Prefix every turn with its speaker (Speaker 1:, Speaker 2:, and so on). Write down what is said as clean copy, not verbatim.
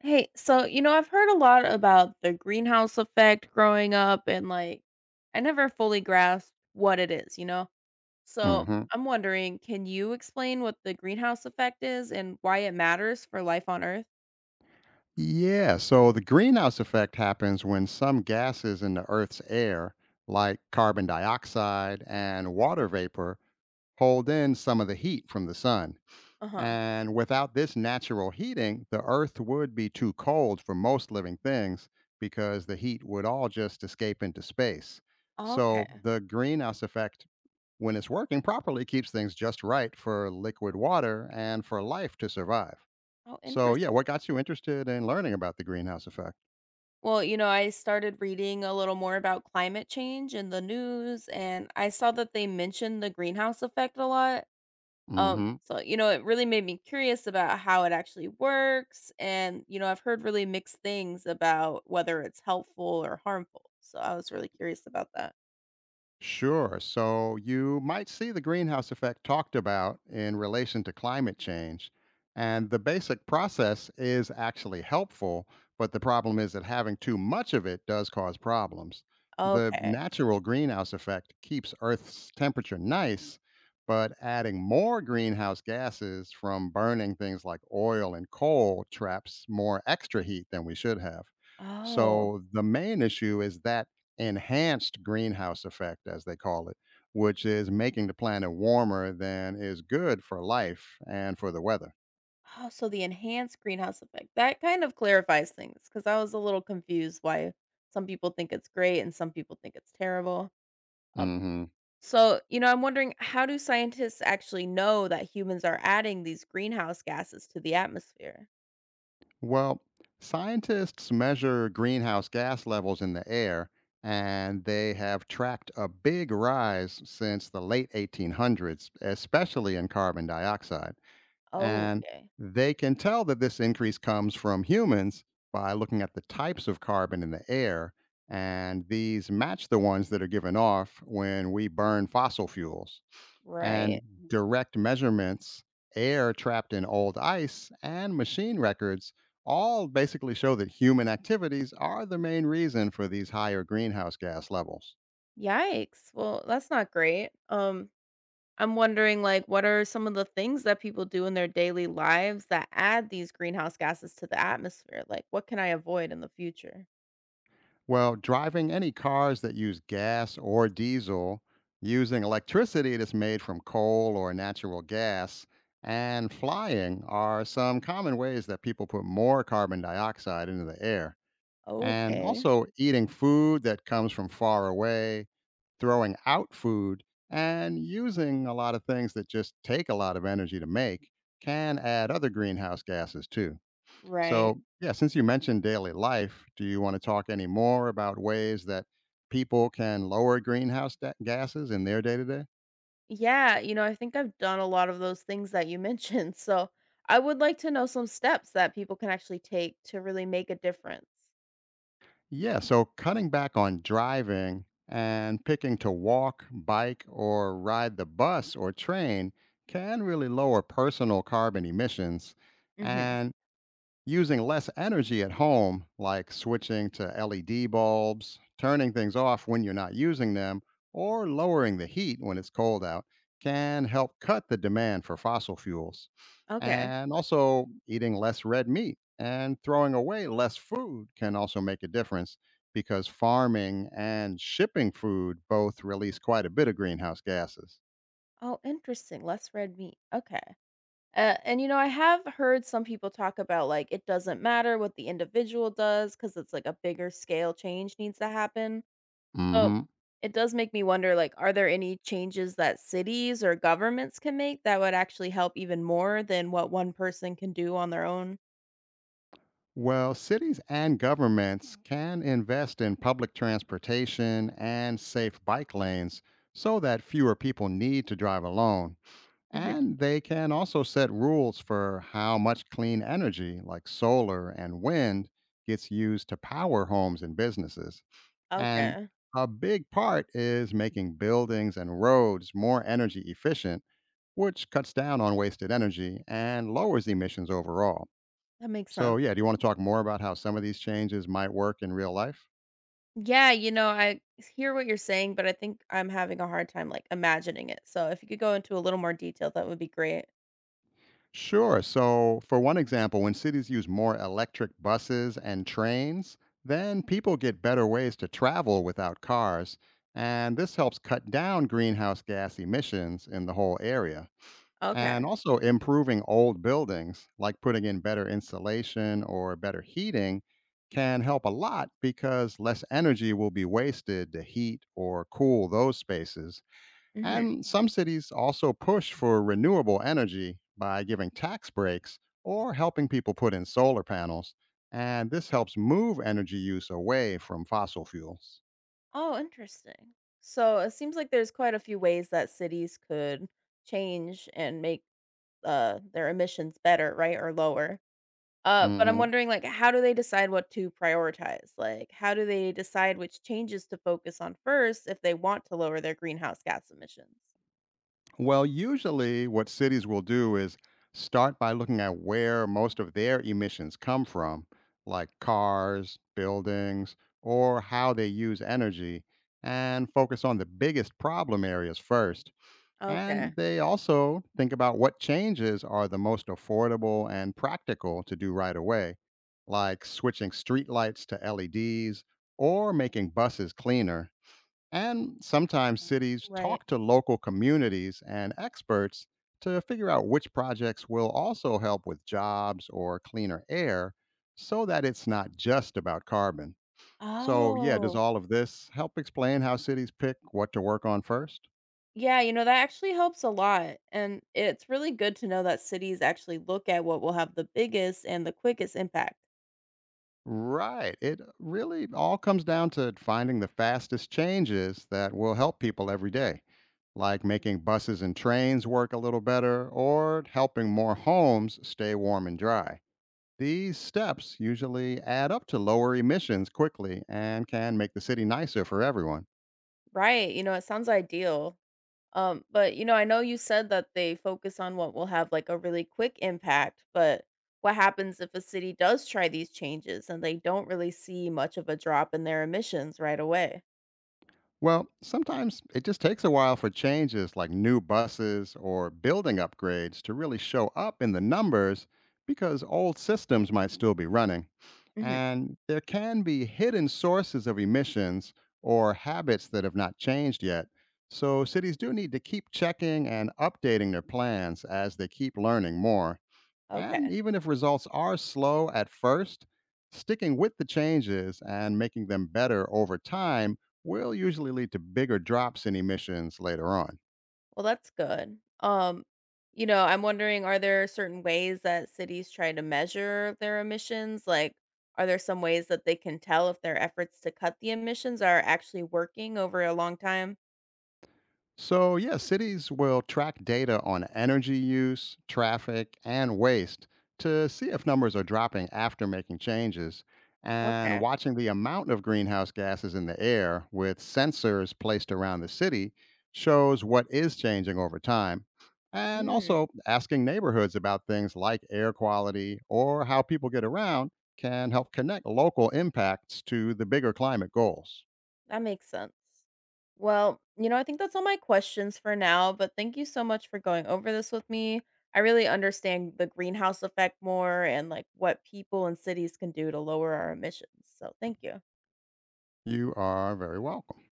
Speaker 1: Hey, so I've heard a lot about the greenhouse effect growing up, and like, I never fully grasped what it is, you know? So
Speaker 2: Hmm.
Speaker 1: I'm wondering, can you explain what the greenhouse effect is and why it matters for life on Earth?
Speaker 2: Yeah, so the greenhouse effect happens when some gases in the Earth's air, like carbon dioxide and water vapor, hold in some of the heat from the sun.
Speaker 1: Uh huh.
Speaker 2: And without this natural heating, the Earth would be too cold for most living things because the heat would all just escape into space. So
Speaker 1: Okay.
Speaker 2: the greenhouse effect, when it's working properly, keeps things just right for liquid water and for life to survive.
Speaker 1: Oh,
Speaker 2: So, yeah,
Speaker 1: interesting.
Speaker 2: what got you interested in learning about the greenhouse effect?
Speaker 1: Well, you know, I started reading a little more about climate change in the news, and I saw that they mentioned the greenhouse effect a lot.
Speaker 2: Mm hmm.
Speaker 1: It really made me curious about how it actually works, and I've heard really mixed things about whether it's helpful or harmful. So I was really curious about that.
Speaker 2: Sure. So you might see the greenhouse effect talked about in relation to climate change. And the basic process is actually helpful, but the problem is that having too much of it does cause problems. The
Speaker 1: Okay.
Speaker 2: natural greenhouse effect keeps Earth's temperature nice, but adding more greenhouse gases from burning things like oil and coal traps more extra heat than we should have.
Speaker 1: Oh.
Speaker 2: So the main issue is that enhanced greenhouse effect, as they call it, which is making the planet warmer than is good for life and for the weather.
Speaker 1: Oh, so the enhanced greenhouse effect. That kind of clarifies things because I was a little confused why some people think it's great and some people think it's terrible. Um,
Speaker 2: Hmm.
Speaker 1: I'm wondering, how do scientists actually know that humans are adding these greenhouse gases to the atmosphere?
Speaker 2: Well, scientists measure greenhouse gas levels in the air, and they have tracked a big rise since the late 1800s, especially in carbon dioxide.
Speaker 1: Oh,
Speaker 2: And
Speaker 1: okay.
Speaker 2: they can tell that this increase comes from humans by looking at the types of carbon in the air. And these match the ones that are given off when we burn fossil fuels.
Speaker 1: Right.
Speaker 2: And direct measurements, air trapped in old ice, and machine records all basically show that human activities are the main reason for these higher greenhouse gas levels.
Speaker 1: Yikes. Well, that's not great. I'm wondering, what are some of the things that people do in their daily lives that add these greenhouse gases to the atmosphere? Like, what can I avoid in the future?
Speaker 2: Well, driving any cars that use gas or diesel, using electricity that's made from coal or natural gas, and flying are some common ways that people put more carbon dioxide into the air. And
Speaker 1: Okay.
Speaker 2: also eating food that comes from far away, throwing out food, and using a lot of things that just take a lot of energy to make can add other greenhouse gases too.
Speaker 1: Right.
Speaker 2: So, yeah, since you mentioned daily life, do you want to talk any more about ways that people can lower greenhouse gases in their day to day?
Speaker 1: Yeah, I think I've done a lot of those things that you mentioned. So, I would like to know some steps that people can actually take to really make a difference.
Speaker 2: Yeah, so cutting back on driving and picking to walk, bike, or ride the bus or train can really lower personal carbon emissions.
Speaker 1: Mhm.
Speaker 2: And using less energy at home, like switching to LED bulbs, turning things off when you're not using them, or lowering the heat when it's cold out, can help cut the demand for fossil fuels.
Speaker 1: Okay.
Speaker 2: And also, eating less red meat and throwing away less food can also make a difference because farming and shipping food both release quite a bit of greenhouse gases.
Speaker 1: Oh, interesting. Less red meat. Okay. I have heard some people talk about it doesn't matter what the individual does because it's like a bigger scale change needs to happen. So,
Speaker 2: Hmm.
Speaker 1: it does make me wonder, are there any changes that cities or governments can make that would actually help even more than what one person can do on their own?
Speaker 2: Well, cities and governments can invest in public transportation and safe bike lanes so that fewer people need to drive alone.
Speaker 1: Mhm.
Speaker 2: And they can also set rules for how much clean energy, like solar and wind, gets used to power homes and businesses. And
Speaker 1: Okay,
Speaker 2: a big part is making buildings and roads more energy efficient, which cuts down on wasted energy and lowers emissions overall.
Speaker 1: that makes
Speaker 2: So,
Speaker 1: sense.
Speaker 2: yeah, do you want to talk more about how some of these changes might work in real life?
Speaker 1: Yeah, I hear what you're saying, but I think I'm having a hard time imagining it. So if you could go into a little more detail, that would be great.
Speaker 2: Sure. So, for one example, when cities use more electric buses and trains, then people get better ways to travel without cars. And this helps cut down greenhouse gas emissions in the whole area.
Speaker 1: Okay.
Speaker 2: And also, improving old buildings, like putting in better insulation or better heating, can help a lot because less energy will be wasted to heat or cool those spaces.
Speaker 1: Hmm.
Speaker 2: And some cities also push for renewable energy by giving tax breaks or helping people put in solar panels. And this helps move energy use away from fossil fuels.
Speaker 1: Oh, interesting. So it seems like there's quite a few ways that cities could change and make their emissions better, right, or lower. But I'm
Speaker 2: Mhm.
Speaker 1: wondering, how do they decide what to prioritize? Like, how do they decide which changes to focus on first if they want to lower their greenhouse gas emissions?
Speaker 2: Well, usually what cities will do is start by looking at where most of their emissions come from, like cars, buildings, or how they use energy, and focus on the biggest problem areas first.
Speaker 1: Okay.
Speaker 2: And they also think about what changes are the most affordable and practical to do right away, like switching streetlights to LEDs or making buses cleaner. And sometimes cities
Speaker 1: Right.
Speaker 2: talk to local communities and experts to figure out which projects will also help with jobs or cleaner air so that it's not just about carbon. So, yeah, does
Speaker 1: Oh,
Speaker 2: all of this help explain how cities pick what to work on first?
Speaker 1: yeah. That actually helps a lot. And it's really good to know that cities actually look at what will have the biggest and the quickest impact.
Speaker 2: Right. It really all comes down to finding the fastest changes that will help people every day, like making buses and trains work a little better or helping more homes stay warm and dry. These steps usually add up to lower emissions quickly and can make the city nicer for everyone.
Speaker 1: Right. You know, it sounds ideal. I know you said that they focus on what will have like a really quick impact, but what happens if a city does try these changes and they don't really see much of a drop in their emissions right away?
Speaker 2: Well, sometimes it just takes a while for changes like new buses or building upgrades to really show up in the numbers because old systems might still be running.
Speaker 1: Hmm.
Speaker 2: And there can be hidden sources of emissions or habits that have not changed yet. So cities do need to keep checking and updating their plans as they keep learning more.
Speaker 1: Okay.
Speaker 2: And even if results are slow at first, sticking with the changes and making them better over time will usually lead to bigger drops in emissions later on.
Speaker 1: Well, that's good. I'm wondering, are there certain ways that cities try to measure their emissions? Like, are there some ways that they can tell if their efforts to cut the emissions are actually working over a long time?
Speaker 2: So, yeah, cities will track data on energy use, traffic, and waste to see if numbers are dropping after making changes. And
Speaker 1: Okay.
Speaker 2: watching the amount of greenhouse gases in the air with sensors placed around the city shows what is changing over time. And also, asking neighborhoods about things like air quality or how people get around can help connect local impacts to the bigger climate goals.
Speaker 1: That makes sense. Well, I think that's all my questions for now, but thank you so much for going over this with me. I really understand the greenhouse effect more and like what people and cities can do to lower our emissions. So, thank you.
Speaker 2: You are very welcome.